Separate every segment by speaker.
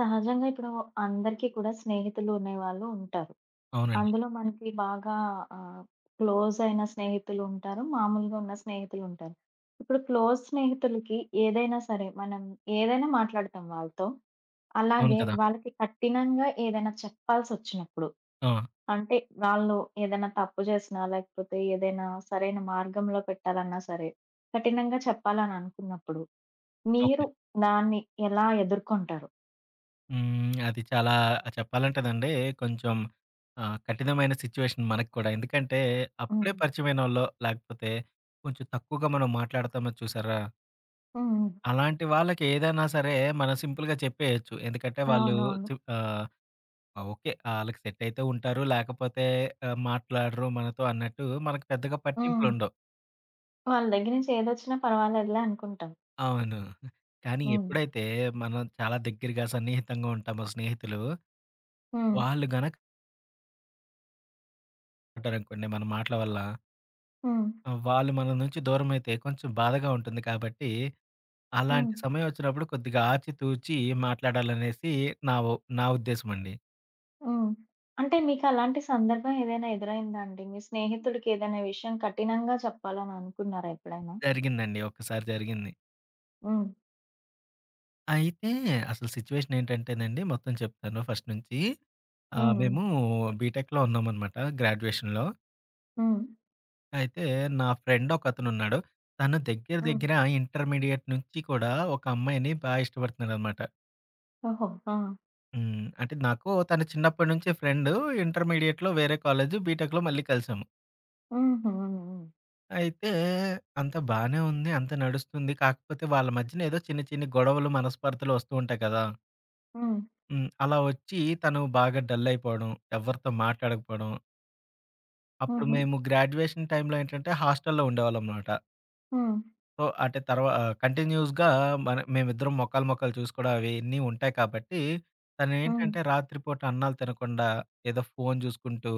Speaker 1: సహజంగా ఇప్పుడు అందరికీ కూడా స్నేహితులు అనేవాళ్ళు ఉంటారు.
Speaker 2: అవునండి.
Speaker 1: అందులో మనకి బాగా ఆహ్, క్లోజ్ అయిన స్నేహితులు ఉంటారు. మామూలుగా ఉన్న స్నేహితులు ఉంటారు. ఇప్పుడు క్లోజ్ స్నేహితులకి ఏదైనా సరే మనం ఏదైనా మాట్లాడతాం వాళ్ళతో.
Speaker 2: అవును
Speaker 1: అలాగే
Speaker 2: కదా!
Speaker 1: వాళ్ళకి కఠినంగా ఏదైనా చెప్పాల్సొచ్చినప్పుడు,
Speaker 2: ఆ!
Speaker 1: అంటే వాళ్ళు ఏదైనా తప్పు చేసినా, లేకపోతే ఏదైనా సరైన మార్గంలో పెట్టాలన్నా సరే, కఠినంగా చెప్పాలని అనుకున్నప్పుడు
Speaker 2: ఓకే.
Speaker 1: మీరు దాన్ని ఎలా ఎదుర్కొంటారు?
Speaker 2: హ్మ్. అది చాలా చెప్పాలంటేనండి కొంచెం కఠినమైన సిట్యుయేషన్ మనకు కూడా. ఎందుకంటే అప్పుడే
Speaker 1: హ్మ్.
Speaker 2: పరిచయమైనోళ్ళో, లేకపోతే కొంచెం తక్కువగా మనం మాట్లాడతామో చూసారా?
Speaker 1: హ్మ్.
Speaker 2: అలాంటి వాళ్ళకి ఏదైనా సరే మనం సింపుల్‌గా చెప్పేయొచ్చు. ఎందుకంటే వాళ్ళు
Speaker 1: అవునవును.
Speaker 2: చి ఆహ్, ఓకే. ఆళ్ళకి సెట్ అయితే ఉంటారు. లేకపోతే మాట్లాడరు మనతో అన్నట్టు మనకు పెద్దగా
Speaker 1: హ్మ్.
Speaker 2: పట్టింపులుండవు.
Speaker 1: వాళ్ళ దగ్గర నుంచి ఏదొచ్చినా పర్వాలేదులే అనుకుంటాం.
Speaker 2: అవును. కానీ
Speaker 1: హ్మ్.
Speaker 2: ఎప్పుడైతే మనం చాలా దగ్గరగా సన్నిహితంగా ఉంటామో స్నేహితులు,
Speaker 1: హ్మ్.
Speaker 2: వాళ్ళు గనక ఉంటారనుకోండి మన మాటల వల్ల.
Speaker 1: హ్మ్.
Speaker 2: వాళ్ళు మన నుంచి దూరమైతే కొంచెం బాధగా ఉంటుంది కాబట్టి,
Speaker 1: హ్మ్.
Speaker 2: అలాంటి సమయం వచ్చినప్పుడు కొద్దిగా ఆచితూచి మాట్లాడాలనేసి నా ఉ నా ఉద్దేశమండి.
Speaker 1: హ్మ్. అంటే మీకలాంటి సందర్భం ఏదైనా ఎదురైందా అండి? మీ స్నేహితుడికి ఏదైనా విషయం కఠినంగా చెప్పాలని అనుకున్నారా ఎప్పుడైనా?
Speaker 2: జరిగిందండి. ఒక్కసారి జరిగింది.
Speaker 1: హ్మ్.
Speaker 2: అయితే అసలు సిట్యుయేషన్ ఏంటంటేనండి మొత్తం చెప్తాను ఫస్ట్ నుంచి.
Speaker 1: హ్మ్. హ్మ్.
Speaker 2: మేము బీటెక్‌లో ఉన్నామనమాట గ్రాడ్యుయేషన్‌లో.
Speaker 1: హ్మ్.
Speaker 2: అయితే నా ఫ్రెండ్ ఒకతనున్నాడు. తను దగ్గర
Speaker 1: హ్మ్.
Speaker 2: దగ్గర ఇంటర్మీడియేట్ నుంచి కూడా ఒక అమ్మాయిని ఇష్టపడుతున్నాడనమాట.
Speaker 1: ఓహో! ఆ!
Speaker 2: హ్మ్. అంటే నాకు తను చిన్నప్పటి నుంచి ఫ్రెండు. ఇంటర్మీడియేట్‌లో వేరే కాలేజు, బీటెక్‌లో మళ్ళీ కలిసాము.
Speaker 1: హుహు. హ్మ్.
Speaker 2: అయితే అంతా బానే ఉంది. అంతా నడుస్తుంది. కాకపోతే వాళ్ళ మధ్యన ఏదో చిన్న చిన్ని గొడవలు, మనస్పర్ధలు వస్తూ ఉంటాయి కదా!
Speaker 1: హ్మ్.
Speaker 2: హ్మ్. అలా వచ్చి తను బాగా డల్ అయిపోవడం, ఎవరితో మాట్లాడకపోవడం. అప్పుడు
Speaker 1: హుహు.
Speaker 2: మేము గ్రాడ్యుయేషన్ టైంలో ఏంటంటే హాస్టల్‌లో ఉండేవాళ్ళం మాట.
Speaker 1: హ్మ్.
Speaker 2: సో, అంటే కంటిన్యూస్‌గా మేమిద్దరం మొఖాలు, మొఖాలు చూసుకోవడం అవన్నీ ఉంటాయి కాబట్టి,
Speaker 1: హ్మ్.
Speaker 2: తనేంటంటే రాత్రిపూట అన్నాలు తినకుండా ఏదో ఫోను చూసుకుంటూ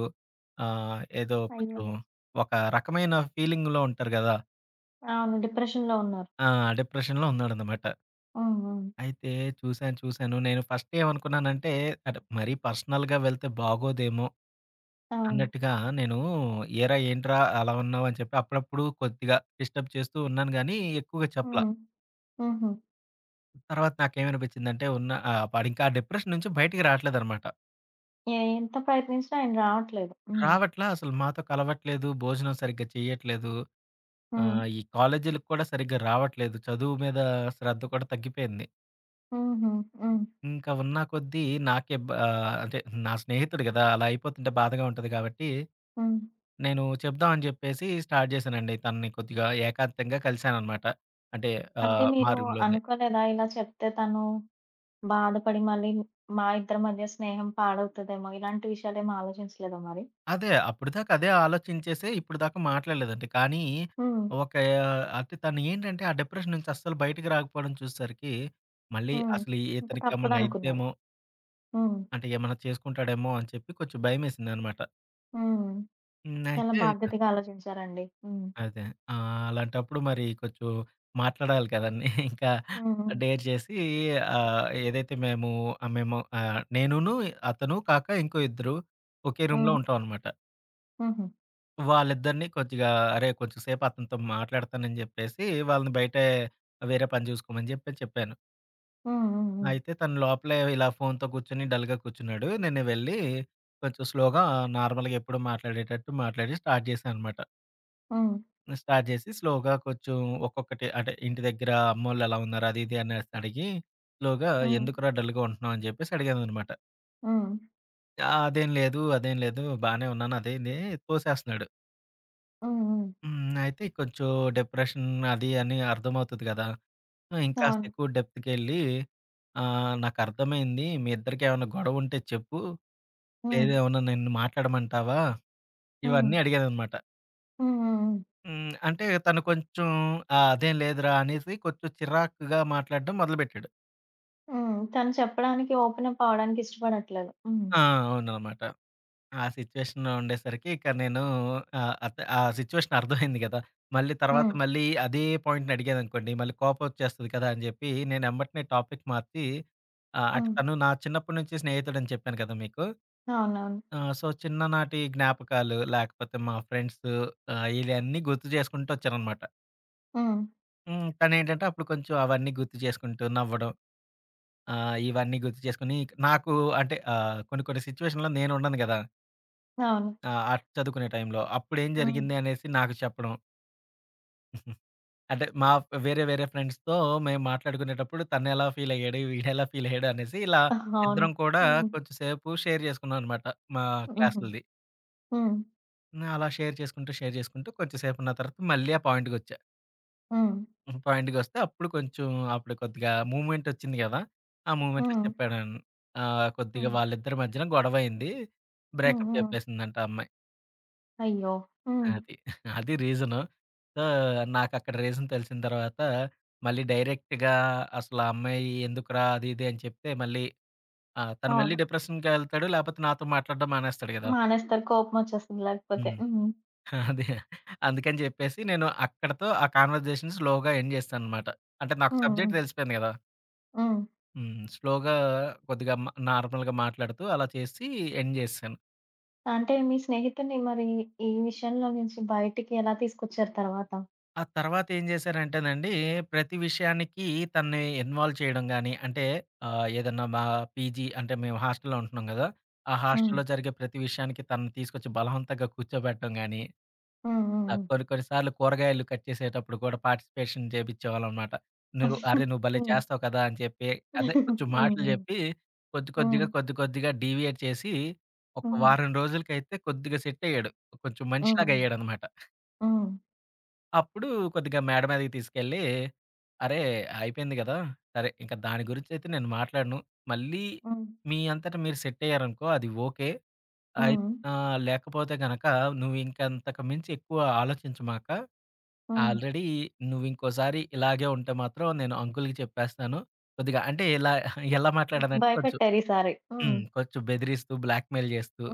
Speaker 2: ఏదో
Speaker 1: అయ్యో!
Speaker 2: కొంచెం ఒక రకమైన ఫీలింగ్‌లో ఉంటారు గదా!
Speaker 1: అవును. డిప్రెషన్‌లో ఉన్నారు.
Speaker 2: ఆ! డిప్రెషన్‌లో ఉన్నాడనమాట.
Speaker 1: హ్మ్. హ్మ్.
Speaker 2: అయితే చూసాను, చూసాను. నేను ఫస్ట్ ఏమనుకున్నానంటే అంటే మరీ పర్సనల్‌గా వెళ్తే బాగోదేమో
Speaker 1: అవును.
Speaker 2: అన్నట్టుగా నేను, "ఏరా ఏంట్రా అలా ఉన్నావు" అని చెప్పి అప్పుడప్పుడు కొద్దిగా డిస్టర్బ్ చేస్తూ ఉన్నాను గానీ ఎక్కువగా చెప్పల.
Speaker 1: హ్మ్. హుహు.
Speaker 2: తర్వాత నాకేమనిపించిందంటే వాడింకా ఆ వాడు ఇంకా డిప్రెషన్ నుంచి బయటికి రావట్లేదనమాట.
Speaker 1: ఎంత ప్రయత్నించినా ఆయన రావట్లేదు. హ్మ్.
Speaker 2: రావట్లా అసలు మాతో కలవట్లేదు. భోజనం సరిగ్గా చేయట్లేదు.
Speaker 1: హ్మ్.
Speaker 2: ఈ కాలేజీలకి కూడా సరిగ్గా రావట్లేదు. చదువు మీద శ్రద్ధ కూడా తగ్గిపోయింది.
Speaker 1: హుహు. హ్మ్.
Speaker 2: ఇంకా ఉన్న కొద్దీ అంటే నా స్నేహితుడు గదా! అలా అయిపోతుంటే బాధగా ఉంటది కాబట్టి,
Speaker 1: హ్మ్.
Speaker 2: నేను చెప్దాం అని చెప్పేసి స్టార్ట్ చేశానండి. తనని కొద్దిగా ఏకాంతంగా కలిసాననమాట. అంటే
Speaker 1: అంటే
Speaker 2: మా
Speaker 1: మీరు
Speaker 2: రూమ్‌లోనే.
Speaker 1: అనుకోలేదా ఇలా చెప్తే తను బాధపడి మళ్ళీ మా ఇద్దరి మధ్య స్నేహం పాడవుతదేమో ఇలాంటి విషయాలేమి ఆలోచించలేదా మరి?
Speaker 2: అదే. అప్పటిదాకా అదే ఆలోచించేసే ఇప్పటిదాకా మాట్లాడలేదండి. కానీ
Speaker 1: హ్మ్.
Speaker 2: ఒక అంటే తను ఏంటంటే ఆ డిప్రెషన్ నుంచి అస్సలు బయటికి రాకపోవడం చూసేసరికి మళ్ళీ
Speaker 1: హ్మ్.
Speaker 2: అసలు
Speaker 1: ఇంక
Speaker 2: ఇతనికి ఏమన్నా
Speaker 1: తప్పదనుకున్నారు.
Speaker 2: అయిద్దేమో,
Speaker 1: హ్మ్.
Speaker 2: అంటే ఏమన్నా చేసుకుంటాడేమో అని చెప్పి కొంచెం భయమేసిందనమాట.
Speaker 1: హ్మ్.
Speaker 2: హ్మ్.
Speaker 1: చాలా
Speaker 2: అయితే ఇక
Speaker 1: బాధ్యతగా ఆలోచించారండి. హ్మ్.
Speaker 2: అదే. అలాంటప్పుడు మరి కొంచెం మాట్లాడాలి కదండీ. ఇంకా
Speaker 1: హ్మ్.
Speaker 2: డేర్ చేసి ఆహ్, ఏదైతే మేము ఆహ్, మేము ఆహ్, నేనును, అతను కాక ఇంకో ఇద్దరు ఒకే రూమ్‌లో
Speaker 1: హ్మ్.
Speaker 2: ఉంటామనమాట.
Speaker 1: హ్మ్.
Speaker 2: వాళ్ళిద్దరిని కొద్దిగా, "అరే! కొంచెం సేపు అతనితో మాట్లాడతానని" జెప్పేసి, వాళ్ళని బయటే వేరే పని జూసుకోమని జెప్పి చెప్పాను.
Speaker 1: హుహు.
Speaker 2: అయితే తను లోపలే ఇలా ఫోన్‌తో కూర్చొని డల్‌గా కూర్చున్నాడు. నేను వెళ్ళి కొంచెం స్లోగా నార్మల్‌గా ఎప్పుడూ మాట్లాడేటట్టు మాట్లాడి స్టార్ట్ జేశాననమాట.
Speaker 1: హ్మ్. హ్మ్.
Speaker 2: స్టార్ట్ జేసి స్లోగా కొంచెం ఒక్కొక్కటి అంటే ఇంటి దగ్గర అమ్మోళ్ళు ఎలా ఉన్నారు? అది ఇది అనేసి అడిగి స్లోగా
Speaker 1: హ్మ్.
Speaker 2: ఎందుకురా డల్‌గా ఉంటున్నావు? అని జెప్పేసి అడిగాననమాట.
Speaker 1: హ్మ్.
Speaker 2: అదేం లేదు, అదేం లేదు బానే ఉన్నాను అది ఇది తోసేస్తున్నాడు.
Speaker 1: హ్మ్. హ్మ్. హ్మ్. హ్మ్.
Speaker 2: హ్మ్. అయితే కొంచెం డిప్రెషన్ అది అని అర్థమవుతది గదా! ఆ! ఇంకాస్త
Speaker 1: అవును.
Speaker 2: ఎక్కువ డెప్త్‌కెళ్ళి "నాకర్థమైంది. మీ ఇద్దరికి ఏమన్నా గొడవుంటే చెప్పు.
Speaker 1: హ్మ్.
Speaker 2: లేదు ఏమన్నా నిన్ను మాట్లాడమంటావా?"
Speaker 1: హ్మ్.
Speaker 2: ఇవన్నీ అడిగాననమాట.
Speaker 1: హ్మ్. హ్మ్. హ్మ్.
Speaker 2: హ్మ్. అంటే తను కొంచెం, "ఆ! అదేం లేదురా" అనేసి కొంచెం చిరాకుగా మాట్లాడడం మొదలుపెట్టాడు.
Speaker 1: హ్మ్. తను చెప్పడానికి ఓపెనప్ అవ్వడానికి ఇష్టపడట్లేదు. హ్మ్.
Speaker 2: ఆ! అవుననమాట. ఆ సిచ్యువేషన్‌లో ఉండేసరికి ఇక నేను ఆహ్, అత్ ఆ సిచ్యువేషన్ అర్థమైంది గదా!
Speaker 1: హ్మ్.
Speaker 2: మళ్ళీ అదే పాయింట్‌ని అడిగాననుకోండి, మళ్ళీ కోపమొచ్చేస్తది కదా! అని జెప్పి నేను ఎంబటనే టాపిక్ మార్చి అంటే
Speaker 1: హ్మ్.
Speaker 2: తను నా చిన్నప్పటి నుంచి స్నేహితుడని చెప్పాను కదా! మీకు.
Speaker 1: అవునవును.
Speaker 2: సో, చిన్ననాటి జ్ఞాపకాలు లేకపోతే మా ఫ్రెండ్స్ ఇయన్నీ గుర్తు చేసుకుంటూ వచ్చాననమాట.
Speaker 1: హ్మ్.
Speaker 2: హ్మ్. తనేంటంటే అప్పుడు కొంచెం అవన్నీ గుర్తు చేసుకుంటూ నవ్వడం, ఇవన్నీ గుర్తు చేసుకొని నాకు అంటే కొన్ని కొన్ని సిచ్యువేషన్‌లో నేనుండను గదా!
Speaker 1: అవును.
Speaker 2: ఆ! అటు చదువుకునే టైంలో. అప్పుడేం
Speaker 1: హ్మ్.
Speaker 2: జరిగింది అనేసి నాకు చెప్పడం. అంటే మా వేరే వేరే ఫ్రెండ్స్‌తో మేము మాట్లాడుకునేటప్పుడు తనెలా ఫీలయ్యాడు, వీడెలా ఫీలయ్యాడు అనేసి ఇలా
Speaker 1: అవును.
Speaker 2: ఇద్దరం కూడా
Speaker 1: హ్మ్.
Speaker 2: కొంచెం సేపు షేర్ చేసుకున్నాం అనమాట మా
Speaker 1: హుహు.
Speaker 2: క్లాసులది.
Speaker 1: హ్మ్.
Speaker 2: హ్మ్. అలా షేర్ చేసుకుంటూ, షేర్ చేసుకుంటూ కొంచెం సేపన్న తర్వాత మళ్ళీ ఆ పాయింట్‌కొచ్చా.
Speaker 1: హ్మ్.
Speaker 2: హ్మ్. పాయింట్‌కొస్తే అప్పుడు కొద్దిగా మూవ్‌మెంట్ వచ్చింది కదా! ఆ మూవ్‌మెంట్‌లో
Speaker 1: హ్మ్.
Speaker 2: చెప్పాను. కొద్దిగా
Speaker 1: హ్మ్.
Speaker 2: వాళ్ళిద్దరి మధ్యన గొడవయింది.
Speaker 1: హ్మ్.
Speaker 2: బ్రేకప్
Speaker 1: హ్మ్.
Speaker 2: చెప్పేసిందంట ఆ అమ్మాయి.
Speaker 1: అయ్యో! హ్మ్.
Speaker 2: అది. అది రీజను. సో, నాకక్కడ రీజన్ తెలిసిన తర్వాత, మళ్ళీ డైరెక్ట్‌గా అసలు ఆ అమ్మాయి ఎందుకురా అది ఇది అని చెప్తే మళ్ళీ ఆ! తను మళ్ళీ
Speaker 1: అవును.
Speaker 2: డిప్రెషన్‌కెళ్తాడు. లేపోతే నాతో మాట్లాడడం మానేస్తాడు గదా!
Speaker 1: మానేస్తారు. కోపమొచ్చేస్తుంది లేకపోతే.
Speaker 2: హ్మ్.
Speaker 1: హ్మ్.
Speaker 2: అదే. అందుకని చెప్పేసి నేను అక్కడితో ఆ కాన్వర్జేషన్ స్లోగా ఎండ్ చేశాననమాట. అంటే నాకు
Speaker 1: హ్మ్. హ్మ్.
Speaker 2: సబ్జెక్ట్ తెలిసిపోయింది గదా!
Speaker 1: హ్మ్.
Speaker 2: హ్మ్. స్లోగా కొద్దిగా నార్మల్‌గా మాట్లాడుతూ అలా చేసి ఎండ్ చేశాను.
Speaker 1: అంటే మీ స్నేహితుడిని మరి ఈ విషయంలో నుంచి బయటికి ఎలా తీసుకొచ్చారు తర్వాత?
Speaker 2: ఆ తర్వాత ఏం చేశారంటేనండి, ప్రతి విషయానికి తనని ఇన్వాల్వ్ చేయడం గాని, అంటే ఏదన్నా మా పీజీ అంటే మేము హాస్టల్‌లో ఉంటున్నాం గదా! ఆ
Speaker 1: హ్మ్.
Speaker 2: హాస్టల్‌లో జరిగే ప్రతి విషయానికి తనని తీసుకొచ్చి బలవంతంగా కూర్చోబెట్టడం గాని,
Speaker 1: హ్మ్. హ్మ్.
Speaker 2: కొన్ని కొన్ని సార్లు కూరగాయలు కట్ చేసేటప్పుడు కూడా పార్టిసిపేషన్ చేపిచ్చేవాళ్ళనమాట. నువ్వు, "అరే! నువ్వు భలే
Speaker 1: హ్మ్.
Speaker 2: చేస్తావు కదా!" అని చెప్పి అదే కొంచెం మాటలు
Speaker 1: హ్మ్.
Speaker 2: చెప్పి, కొద్ది కొద్దిగా,
Speaker 1: హ్మ్.
Speaker 2: కొద్ది కొద్దిగా డీవియేట్ చేసి, ఒక
Speaker 1: హ్మ్.
Speaker 2: వారం రోజులకైతే కొద్దిగా సెట్ అయ్యాడు. కొంచెం
Speaker 1: హ్మ్. హ్మ్.
Speaker 2: మనిషిలాగా అయ్యాడనమాట.
Speaker 1: హ్మ్. హ్మ్.
Speaker 2: అప్పుడు కొద్దిగా మేడ మీదకి తీసుకెళ్ళి, "అరే! అయిపోయింది గదా! సరే ఇంక దాని గురించయితే నేను మాట్లాడను. మళ్ళీ
Speaker 1: హ్మ్.
Speaker 2: మీ అంతట మీరు సెట్ అయ్యారనుకో అది ఓకే. అయి
Speaker 1: హ్మ్.
Speaker 2: లేకపోతే గనక నువ్వు ఇంకంతకు మించి ఎక్కువ ఆలోచించమాక.
Speaker 1: హ్మ్.
Speaker 2: ఆల్రెడీ నువ్వింకోసారి ఇలాగే ఉంటే మాత్రం నేను అంకుల్‌కి చెప్పేస్తాను." కొద్దిగా అంటే ఇలా ఎలా మాట్లాడానంటే కొంచెం
Speaker 1: భయపెట్టారు ఈసారి. హ్మ్.
Speaker 2: హ్మ్, కొంచెం బెదిరిస్తూ, బ్లాక్‌మెయిల్ చేస్తూ,
Speaker 1: ఆ!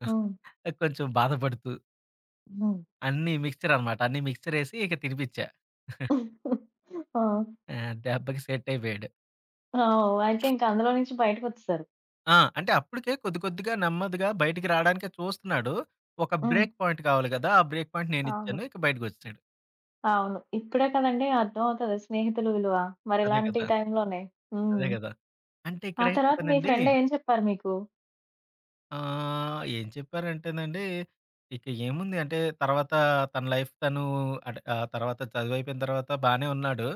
Speaker 1: హ్మ్.
Speaker 2: కొంచెం బాధపడుతూ
Speaker 1: హ్మ్.
Speaker 2: అన్నీ మిక్స్చర్ అనమాట. అన్నీ మిక్స్చర్ ఏసి ఇక తినిపిచ్చా.
Speaker 1: ఆ!
Speaker 2: ఆ! దెబ్బకి సెట్టయిపోయాడు.
Speaker 1: ఓహ్! అయితే ఇంక అందులో నుంచి బయటకొచ్చేసారు.
Speaker 2: ఆ! అంటే అప్పటికే కొద్ది కొద్దిగా నెమ్మదిగా బయటికి రాడానికే చూస్తున్నాడు. ఒక
Speaker 1: హ్మ్.
Speaker 2: బ్రేక్ పాయింట్ కావాలి గదా! ఆ బ్రేక్ పాయింట్ నేనిచ్చాను.
Speaker 1: అవును.
Speaker 2: ఇక బయటకొచ్చేసాడు.
Speaker 1: అవును. ఇప్పుడే కదండీ అర్థమవుతది స్నేహితుల విలువ.
Speaker 2: అదే
Speaker 1: మరిలాంటి
Speaker 2: కదా!
Speaker 1: టైంలోనే. హ్మ్.
Speaker 2: అదే గదా! అంటే
Speaker 1: ఆ తర్వాత మీ
Speaker 2: ఇక్కడేంటంటేనండి
Speaker 1: ఫ్రెండ్ ఏం చెప్పారు మీకు?
Speaker 2: ఏం చెప్పారంటేనండి, ఇక ఏముంది అంటే తర్వాత తన లైఫ్ తను అంటే తర్వాత చదువయిపోయిన తర్వాత బానే ఉన్నాడు.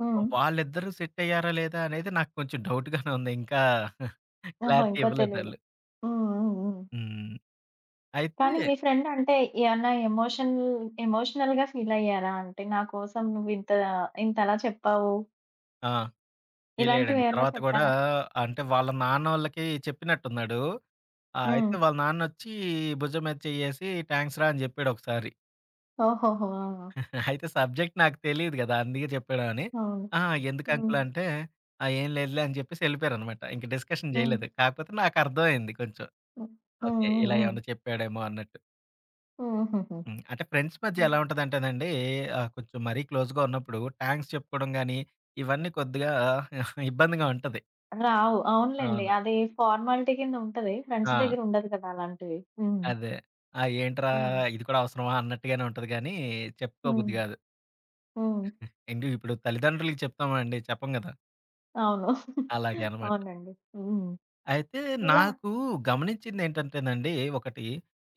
Speaker 1: హ్మ్.
Speaker 2: వాళ్ళిద్దరూ సెట్టయ్యారా లేదా అనేది నాకు కొంచెం డౌట్‌గానే ఉంది. ఇంకా
Speaker 1: ఓహో!
Speaker 2: క్లారిటీ
Speaker 1: ఇంకా తెలీదు.
Speaker 2: ఇవ్వలేదాళ్ళు.
Speaker 1: హ్మ్. హ్మ్. హ్మ్.
Speaker 2: హ్మ్. అయితే
Speaker 1: కానీ మీ ఫ్రెండ్ అంటే ఏమన్నా ఎమోషనల్‌గా ఫీల్ అయ్యారా? అంటే నా కోసం నువ్వు ఇంతలా చెప్పావు.
Speaker 2: ఆ! ఫీలయ్యాడండి.
Speaker 1: ఇలాంటివేమన్నా
Speaker 2: తర్వాత గూడా
Speaker 1: చెప్పారా?
Speaker 2: అంటే వాళ్ళ నాన్నోళ్ళకి చెప్పినట్టున్నాడు.
Speaker 1: హ్మ్.
Speaker 2: అయితే వాళ్ళ నాన్నొచ్చి భుజం మీద చెయ్యేసి థాంక్స్ రా అని జెప్పాడు ఒకసారి.
Speaker 1: ఓహోహో! ఆ!
Speaker 2: అయితే సబ్జెక్ట్ నాకు తెలీదు గదా! అందుకే చెప్పాడా అని.
Speaker 1: అవును.
Speaker 2: అహా! ఎందుకు
Speaker 1: హ్మ్.
Speaker 2: అంకుల్ అంటే, ఆ! ఏం లేదులే అని జెప్పేసి ఎళ్ళిపోయారనమాట. ఇంక డిస్కషన్
Speaker 1: హ్మ్.
Speaker 2: జేయలేదు. కాకపోతే నాకర్థమైంది కొంచెం.
Speaker 1: హ్మ్. హ్మ్.
Speaker 2: ఓకే.
Speaker 1: హ్మ్.
Speaker 2: ఇలా
Speaker 1: హ్మ్.
Speaker 2: ఏమన్నా చెప్పాడేమో అన్నట్టు.
Speaker 1: హూహూహు.
Speaker 2: హ్మ్. అంటే ఫ్రెండ్స్ మధ్య
Speaker 1: హ్మ్.
Speaker 2: ఎలా ఉంటదంటేనండి కొంచెం మరీ క్లోజ్‌గా ఉన్నప్పుడు థాంక్స్ చెప్పుకోవడం గానీ, ఇవన్నీ కొద్దిగా ఇబ్బందిగా ఉంటది.
Speaker 1: రావు. అవునులెండి.
Speaker 2: అవును.
Speaker 1: అది ఫార్మాలిటీ కింద ఉంటది. ఫ్రెండ్స్
Speaker 2: ఆ!
Speaker 1: దగ్గర ఉండదు కదా! అలాంటివి. హ్మ్.
Speaker 2: అదే. ఆ! ఏంట్రా
Speaker 1: హ్మ్.
Speaker 2: ఇది కూడా అవసరమా అన్నట్టుగానే ఉంటది గానీ,
Speaker 1: హ్మ్.
Speaker 2: చెప్పుకోబుద్ధి గాదు.
Speaker 1: హ్మ్.
Speaker 2: ఏండి ఇప్పుడు తల్లిదండ్రులకి చెప్తామా అండి? చెప్పం గదా!
Speaker 1: అవును.
Speaker 2: అలాగే అనమాట.
Speaker 1: అవునండి. హ్మ్.
Speaker 2: అయితే
Speaker 1: ఇలా
Speaker 2: నాకు గమనించిందేంటంటేనండి ఒకటి,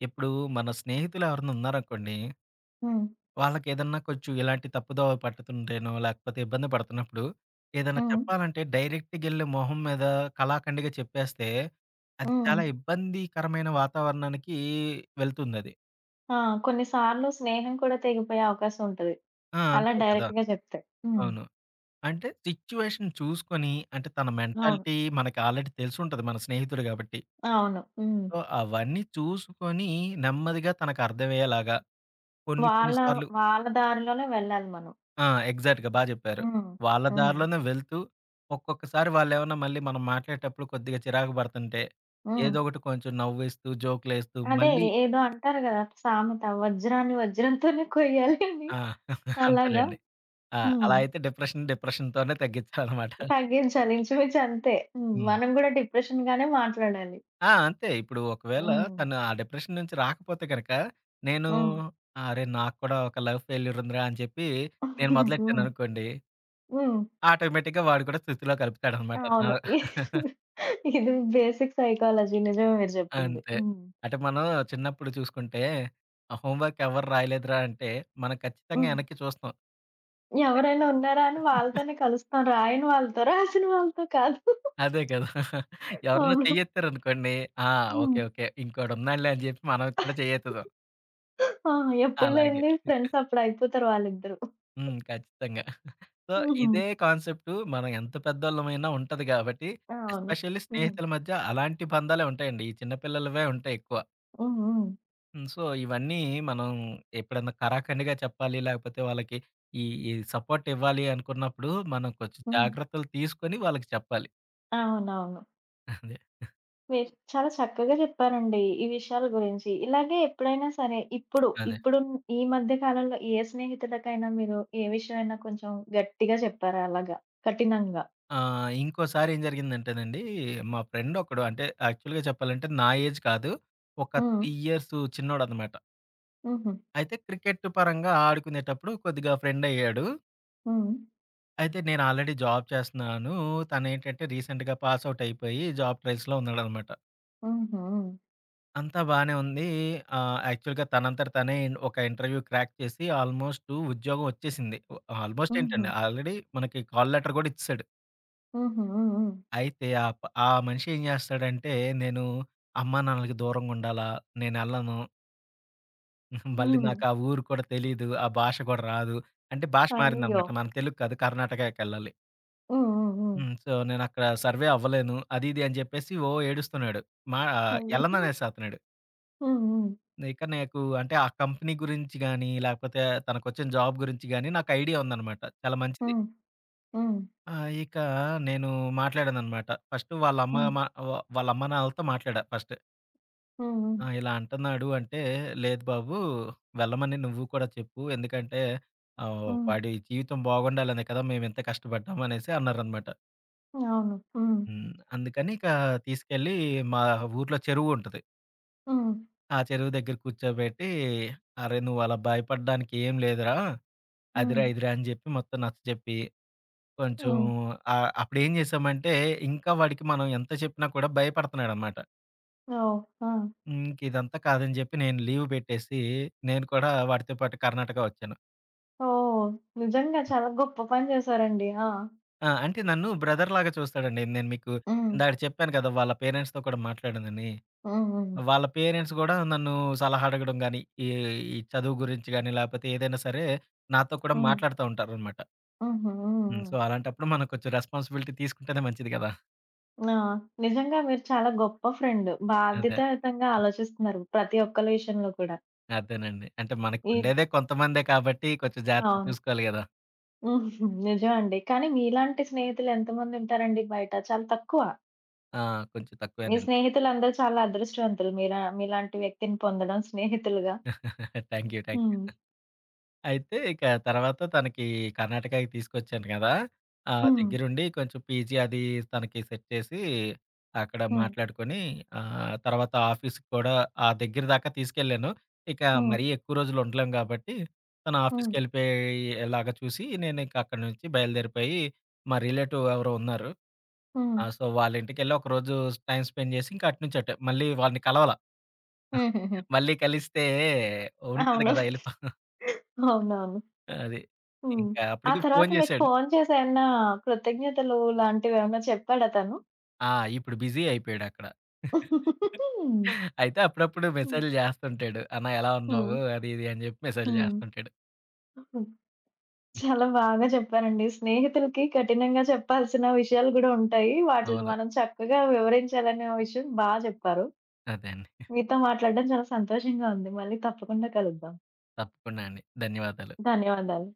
Speaker 2: ఇప్పుడు మన స్నేహితులు ఎవరన్నా ఉన్నారనుకోండి,
Speaker 1: హ్మ్.
Speaker 2: వాళ్ళకేదన్నా కొంచెం ఇలాంటి తప్పుదోవ పట్టుతుంటేనో, లేకపోతే ఇబ్బంది పడుతున్నప్పుడు, ఏదన్నా
Speaker 1: హ్మ్.
Speaker 2: చెప్పాలంటే డైరెక్ట్‌గెళ్ళి మొహం మీద కళాఖండిగా చెప్పేస్తే, అది
Speaker 1: హ్మ్.
Speaker 2: చాలా ఇబ్బందికరమైన వాతావరణానికి వెళ్తుందది.
Speaker 1: ఆ! కొన్ని సార్లు స్నేహం కూడా తెగిపోయే అవకాశం ఉంటది.
Speaker 2: ఆ!
Speaker 1: అలా
Speaker 2: అంతే కదా!
Speaker 1: డైరెక్ట్‌గా చెప్తే. హ్మ్.
Speaker 2: అవును. అంటే సిట్యుయేషన్ చూసుకొని, అంటే తన
Speaker 1: అవును.
Speaker 2: మెంటాలిటీ మనకి ఆల్రెడీ తెలిసుంటది మన స్నేహితుడు గాబట్టి.
Speaker 1: అవును. హ్మ్.
Speaker 2: సో, అవన్నీ చూసుకొని నెమ్మదిగా తనకర్థమయ్యేలాగా కొన్ని కొన్ని
Speaker 1: వాళ్ళ
Speaker 2: సార్లు
Speaker 1: వాళ్ళ దారిలోనే వెళ్ళాలి మనం.
Speaker 2: ఆ! ఎగ్జాక్ట్‌గా బా జెప్పారు.
Speaker 1: హ్మ్.
Speaker 2: వాళ్ళ
Speaker 1: హ్మ్.
Speaker 2: దారిలోనే వెళ్తూ ఒక్కొక్కసారి వాళ్ళేమన్నా మళ్ళీ మనం మాట్లాడేటప్పుడు కొద్దిగా చిరాకు పడుతుంటే,
Speaker 1: హ్మ్.
Speaker 2: ఏదో ఒకటి కొంచెం నవ్విస్తూ, జోకులేస్తూ
Speaker 1: అదే
Speaker 2: మళ్ళీ
Speaker 1: ఏదో అంటారు గదా! సామెత వజ్రాన్ని వజ్రంతోనే కొయ్యాలి అని.
Speaker 2: ఆ!
Speaker 1: అలాగా?
Speaker 2: అంతేలెండి. ఆ!
Speaker 1: హ్మ్.
Speaker 2: అలా అయితే డిప్రెషన్ డిప్రెషన్‌తోనే తగ్గించాలనమాట.
Speaker 1: తగ్గించాలి ఇంచుమించు అంతే. హ్మ్.
Speaker 2: హ్మ్.
Speaker 1: మనం గూడా డిప్రెషన్‌గానే మాట్లాడాలి.
Speaker 2: ఆ! అంతే. ఇప్పుడు ఒకవేళ
Speaker 1: హ్మ్.
Speaker 2: తను ఆ డిప్రెషన్ నుంచి రాకపోతే గనక, నేను
Speaker 1: హ్మ్.
Speaker 2: అరే! నాకు కూడా ఒక లవ్ ఫెయిల్యూర్ ఉందిరా అని చెప్పి నేను
Speaker 1: హ్మ్.
Speaker 2: మొదలెట్టాననుకోండి,
Speaker 1: హ్మ్.
Speaker 2: ఆటోమేటిక్‌గా వాడు కూడా స్థుతిలో కలుపుతాడనమాట. నా
Speaker 1: అవును. ఇది బేసిక్ సైకాలజీ. నిజమే మీరు జెప్పింది.
Speaker 2: అంతే.
Speaker 1: హ్మ్.
Speaker 2: అంటే మనం చిన్నప్పుడు చూసుకుంటే, ఆ హోంవర్క్ ఎవరు రాయలేదురా అంటే, మనం ఖచ్చితంగా
Speaker 1: హ్మ్.
Speaker 2: వెనక్కి చూస్తాం. అదే.
Speaker 1: ఎవరైనా ఉన్నారా అని వాళ్ళతోనే కలుస్తాం. రాయని వాళ్ళతో, రాసిన వాళ్ళతో కాదు.
Speaker 2: అదే కదా! ఎవరన్నా
Speaker 1: అవును.
Speaker 2: చెయ్యెత్తారనుకోండి, ఆ! ఓకే.
Speaker 1: హ్మ్.
Speaker 2: ఓకే. ఇంకోడున్నాడులే అని చెప్పి మనం కూడా చెయ్యెత్తుతాం.
Speaker 1: ఆ! ఎప్పుడు
Speaker 2: అలాగే.
Speaker 1: లేనిది ఫ్రెండ్స్ అప్పుడు అయిపోతారు వాళ్ళిద్దరూ.
Speaker 2: హ్మ్. ఖచ్చితంగా. సో,
Speaker 1: హుహు.
Speaker 2: ఇదే కాన్సెప్టు మనం ఎంత పెద్దోళ్ళమైనా ఉంటది గాబట్టి,
Speaker 1: అవును.
Speaker 2: ఎస్పెషల్లీ
Speaker 1: హ్మ్.
Speaker 2: స్నేహితుల మధ్య అలాంటి బంధాలే ఉంటాయండి. ఈ చిన్న పిల్లలవే ఉంటాయి ఎక్కువ.
Speaker 1: హ్మ్. హ్మ్.
Speaker 2: హ్మ్. సో, ఇవన్నీ మనం ఎప్పుడన్నా కరాఖండిగా చెప్పాలి, లేకపోతే వాళ్ళకి ఈ ఈ సపోర్ట్ ఇవ్వాలి అనుకున్నప్పుడు, మనం కొంచెం
Speaker 1: హ్మ్.
Speaker 2: జాగ్రత్తలు తీసుకొని వాళ్ళకి చెప్పాలి.
Speaker 1: అవునవును.
Speaker 2: అదే.
Speaker 1: మీరు చాలా చక్కగా చెప్పారండి ఈ విషయాల గురించి. ఇలాగే ఎప్పుడైనా సరే
Speaker 2: అదే.
Speaker 1: ఇప్పుడు ఈ మధ్య కాలంలో ఏ స్నేహితులకైనా మీరు ఏ విషయమైనా కొంచెం గట్టిగా చెప్పారా అలాగా? కఠినంగా?
Speaker 2: ఇంకోసారి ఏం జరిగిందంటేనండి, మా ఫ్రెండ్ ఒకడు అంటే యాక్చువల్‌గా చెప్పాలంటే నా ఏజ్ కాదు. ఒక
Speaker 1: హ్మ్.
Speaker 2: 3 ఇయర్స్ చిన్నోడన్నమాట.
Speaker 1: హుహు.
Speaker 2: అయితే క్రికెట్ పరంగా ఆడుకునేటప్పుడు కొద్దిగా ఫ్రెండ్ అయ్యాడు.
Speaker 1: హ్మ్.
Speaker 2: అయితే నేను ఆల్రెడీ జాబ్ చేస్తున్నాను. తనేంటంటే రీసెంట్‌గా పాస్ ఔట్ అయిపోయి జాబ్ ట్రైల్స్‌లో ఉన్నాడనమాట.
Speaker 1: హుహు.
Speaker 2: అంతా బానే ఉంది. యాక్చువల్‌గా తనంతట తనే ఒక ఇంటర్వ్యూ క్రాక్ చేసి ఆల్మోస్ట్ ఉద్యోగం వచ్చేసింది. ఆల్మోస్ట్
Speaker 1: హుహు.
Speaker 2: ఏంటండి ఆల్రెడీ మనకి కాల్ లెటర్ కూడా ఇచ్చేసాడు.
Speaker 1: హుహు. హ్మ్.
Speaker 2: అయితే ఆ మనిషి ఏం చేస్తాడంటే నేను అమ్మానాన్నలకి దూరంగా ఉండాలా? నేనెళ్ళను. మళ్ళీ
Speaker 1: హ్మ్. హ్మ్.
Speaker 2: నాకు ఆ ఊరు కూడా తెలీదు. ఆ భాష కూడా రాదు. అంటే భాష
Speaker 1: అయ్యయ్యో!
Speaker 2: మారిందనమాట. మన తెలుగు కాదు కర్ణాటకకెళ్ళాలి.
Speaker 1: హ్మ్. హ్మ్. హ్మ్.
Speaker 2: హ్మ్. సో, నేనక్కడ సర్వే అవ్వలేను. అది ఇది అని చెప్పేసి ఓ ఏడుస్తున్నాడు.
Speaker 1: అయ్యయ్యో!
Speaker 2: ఎళ్ళననేసతన్నాడు.
Speaker 1: హ్మ్. హ్మ్.
Speaker 2: ఇక నాకు అంటే ఆ కంపెనీ గురించి గాని, లేకపోతే తనకొచ్చిన జాబ్ గురించి గాని నాకు ఐడియా ఉందనమాట. చాలా మంచిది.
Speaker 1: హ్మ్. హ్మ్.
Speaker 2: ఆ! ఇక నేను మాట్లాడాననమాట. ఫస్ట్ వాళ్ళమ్మ
Speaker 1: హ్మ్.
Speaker 2: మ వ వాళ్ళమ్మ, నాన్నలతో మాట్లాడా ఫస్ట్.
Speaker 1: హ్మ్. హ్మ్.
Speaker 2: ఆ! ఇలా అంటన్నాడు అంటే, "లేదు బాబు వెళ్ళమని నువ్వు కూడా చెప్పు. ఎందుకంటే
Speaker 1: హ్మ్.
Speaker 2: వాడి జీవితం బాగుండాలనే కదా మేమింత కష్టపడ్డాం" అనేసి అన్నారనమాట.
Speaker 1: అవును. హ్మ్.
Speaker 2: హ్మ్. అందుకని ఇక తీసుకెళ్ళి మా ఊర్లో చెరువు ఉంటది.
Speaker 1: హ్మ్.
Speaker 2: ఆ చెరువు దగ్గర కూర్చోబెట్టి, "అరే! నువ్వు అలా భయపడడానికి ఏం లేదురా.
Speaker 1: హ్మ్.
Speaker 2: అదిరా, ఇదిరా" అని చెప్పి మొత్తం నచ్చచెప్పి, కొంచెం
Speaker 1: హ్మ్.
Speaker 2: అప్పుడేం చేశామంటే, ఇంకా వాడికి మనం ఎంత చెప్పినా కూడా భయపడుతున్నాడనమాట.
Speaker 1: ఓహ్! ఆ!
Speaker 2: ఇంక ఇదంతా కాదని చెప్పి నేను లీవ్ పెట్టేసి, నేను కూడా వాడితో పాటు కర్ణాటక వచ్చాను.
Speaker 1: ఓహ్! నిజంగా చాలా గొప్ప పని చేశారండి. ఆ!
Speaker 2: ఆ! అంటే నన్ను బ్రదర్‌లాగా చూస్తాడండి. నేను మీకు
Speaker 1: హ్మ్.
Speaker 2: ఇందాక చెప్పాను కదా! వాళ్ళ పేరెంట్స్‌తో కూడా మాట్లాడానని.
Speaker 1: హ్మ్. హ్మ్.
Speaker 2: వాళ్ళ పేరెంట్స్ గూడా నన్ను సలహా అడగడం గాని, ఈ ఈ చదువు గురించి గాని, లేపోతే ఏదైనా సరే నాతో కూడా
Speaker 1: హ్మ్.
Speaker 2: మాట్లాడుతా ఉంటారనమాట.
Speaker 1: హుహు. హ్మ్.
Speaker 2: హ్మ్.
Speaker 1: హ్మ్.
Speaker 2: సో, అలాంటప్పుడు మనం కొంచెం రెస్పాన్సిబిలిటీ తీసుకుంటేనే మంచిది గదా!
Speaker 1: ఆ! నిజంగా మీరు చాలా గొప్ప ఫ్రెండ్.
Speaker 2: అదే.
Speaker 1: బాధ్యతాయుతంగా ఆలోచిస్తున్నారు ప్రతి ఒక్కళ్ళ విషయంలో కూడా.
Speaker 2: అదేనండి. అంటే
Speaker 1: ఈ
Speaker 2: మనకుండేదే కొంతమందే కాబట్టి కొంచెం జాగ్రత్తగా
Speaker 1: అవును.
Speaker 2: చూసుకోవాలి గదా!
Speaker 1: హుహు. నిజమండి. కానీ మీలాంటి స్నేహితులు ఎంతమంది ఉంటారండి బయట? చాలా తక్కువ.
Speaker 2: ఆ! కొంచెం
Speaker 1: మీ
Speaker 2: తక్కువేనండి.
Speaker 1: స్నేహితులందరూ చాలా అదృష్టవంతులు. మీలాంటి వ్యక్తిని పొందడం స్నేహితులుగా.
Speaker 2: Thank you. Thank you.
Speaker 1: హ్మ్.
Speaker 2: అయితే ఇక తర్వాత తనకి కర్ణాటకకి తీసుకొచ్చాను గదా!
Speaker 1: హ్మ్.
Speaker 2: దగ్గరుండి కొంచెం పీజీ అది తనకి సెట్ చేసి, అక్కడ
Speaker 1: హ్మ్.
Speaker 2: మాట్లాడుకొని తర్వాత ఆఫీస్‌కి కూడా ఆ దగ్గర దాకా తీసుకెళ్ళాను. ఇక
Speaker 1: హ్మ్.
Speaker 2: మరీ ఎక్కువ రోజులు ఉండలేం గాబట్టి, తను
Speaker 1: హ్మ్.
Speaker 2: ఆఫీస్‌కెళ్ళిపోయేలాగా చూసి, నేనింక అక్కడి నుంచి బయలుదేరిపోయి, మా రిలేటివ్ ఎవరో ఉన్నారు.
Speaker 1: హ్మ్.
Speaker 2: ఆ! సో, వాళ్ళ ఇంటికెళ్ళి ఒకరోజు టైమ్ స్పెండ్ జేసి, ఇంక అటు నుంచి అటే. మళ్ళీ వాళ్ళని కలవల.
Speaker 1: హుహుహు.
Speaker 2: మళ్ళీ కలిస్తే ఉంటది
Speaker 1: అవును.
Speaker 2: గదా! ఎళిపో
Speaker 1: అవునవును.
Speaker 2: అది.
Speaker 1: హ్మ్.
Speaker 2: ఇంకా
Speaker 1: ఆ
Speaker 2: అప్పటికి ఫోను
Speaker 1: తర్వాత మీకు
Speaker 2: జేశాడు.
Speaker 1: ఫోను చేసి ఏమన్నా కృతజ్ఞతలు లాంటివేమన్నా చెప్పాడా తను?
Speaker 2: ఆ! ఇప్పుడు బిజీ అయిపోయాడక్కడ. అయితే అప్పుడప్పుడు
Speaker 1: హ్మ్.
Speaker 2: మెసేజ్‌లు జేస్తుంటాడు. అన్న ఎలా
Speaker 1: హ్మ్.
Speaker 2: ఉన్నావు? అది ఇది అని జెప్పి మెసేజ్‌లు
Speaker 1: హ్మ్.
Speaker 2: జేస్తుంటాడు.
Speaker 1: హ్మ్. చాలా బాగా చెప్పారండి. స్నేహితులకి కఠినంగా చెప్పాల్సిన విషయాలు గూడా ఉంటాయి. వాటిలిని
Speaker 2: అవును.
Speaker 1: మనం చక్కగా వివరించాలనే విషయం బా చెప్పారు.
Speaker 2: అదే అండి.
Speaker 1: మీతో మాట్లాడడం చాలా సంతోషంగా ఉంది. మళ్ళీ తప్పకుండా కలుద్దాం.
Speaker 2: తప్పకుండా అండి. ధన్యవాదాలు.
Speaker 1: ధన్యవాదాలు.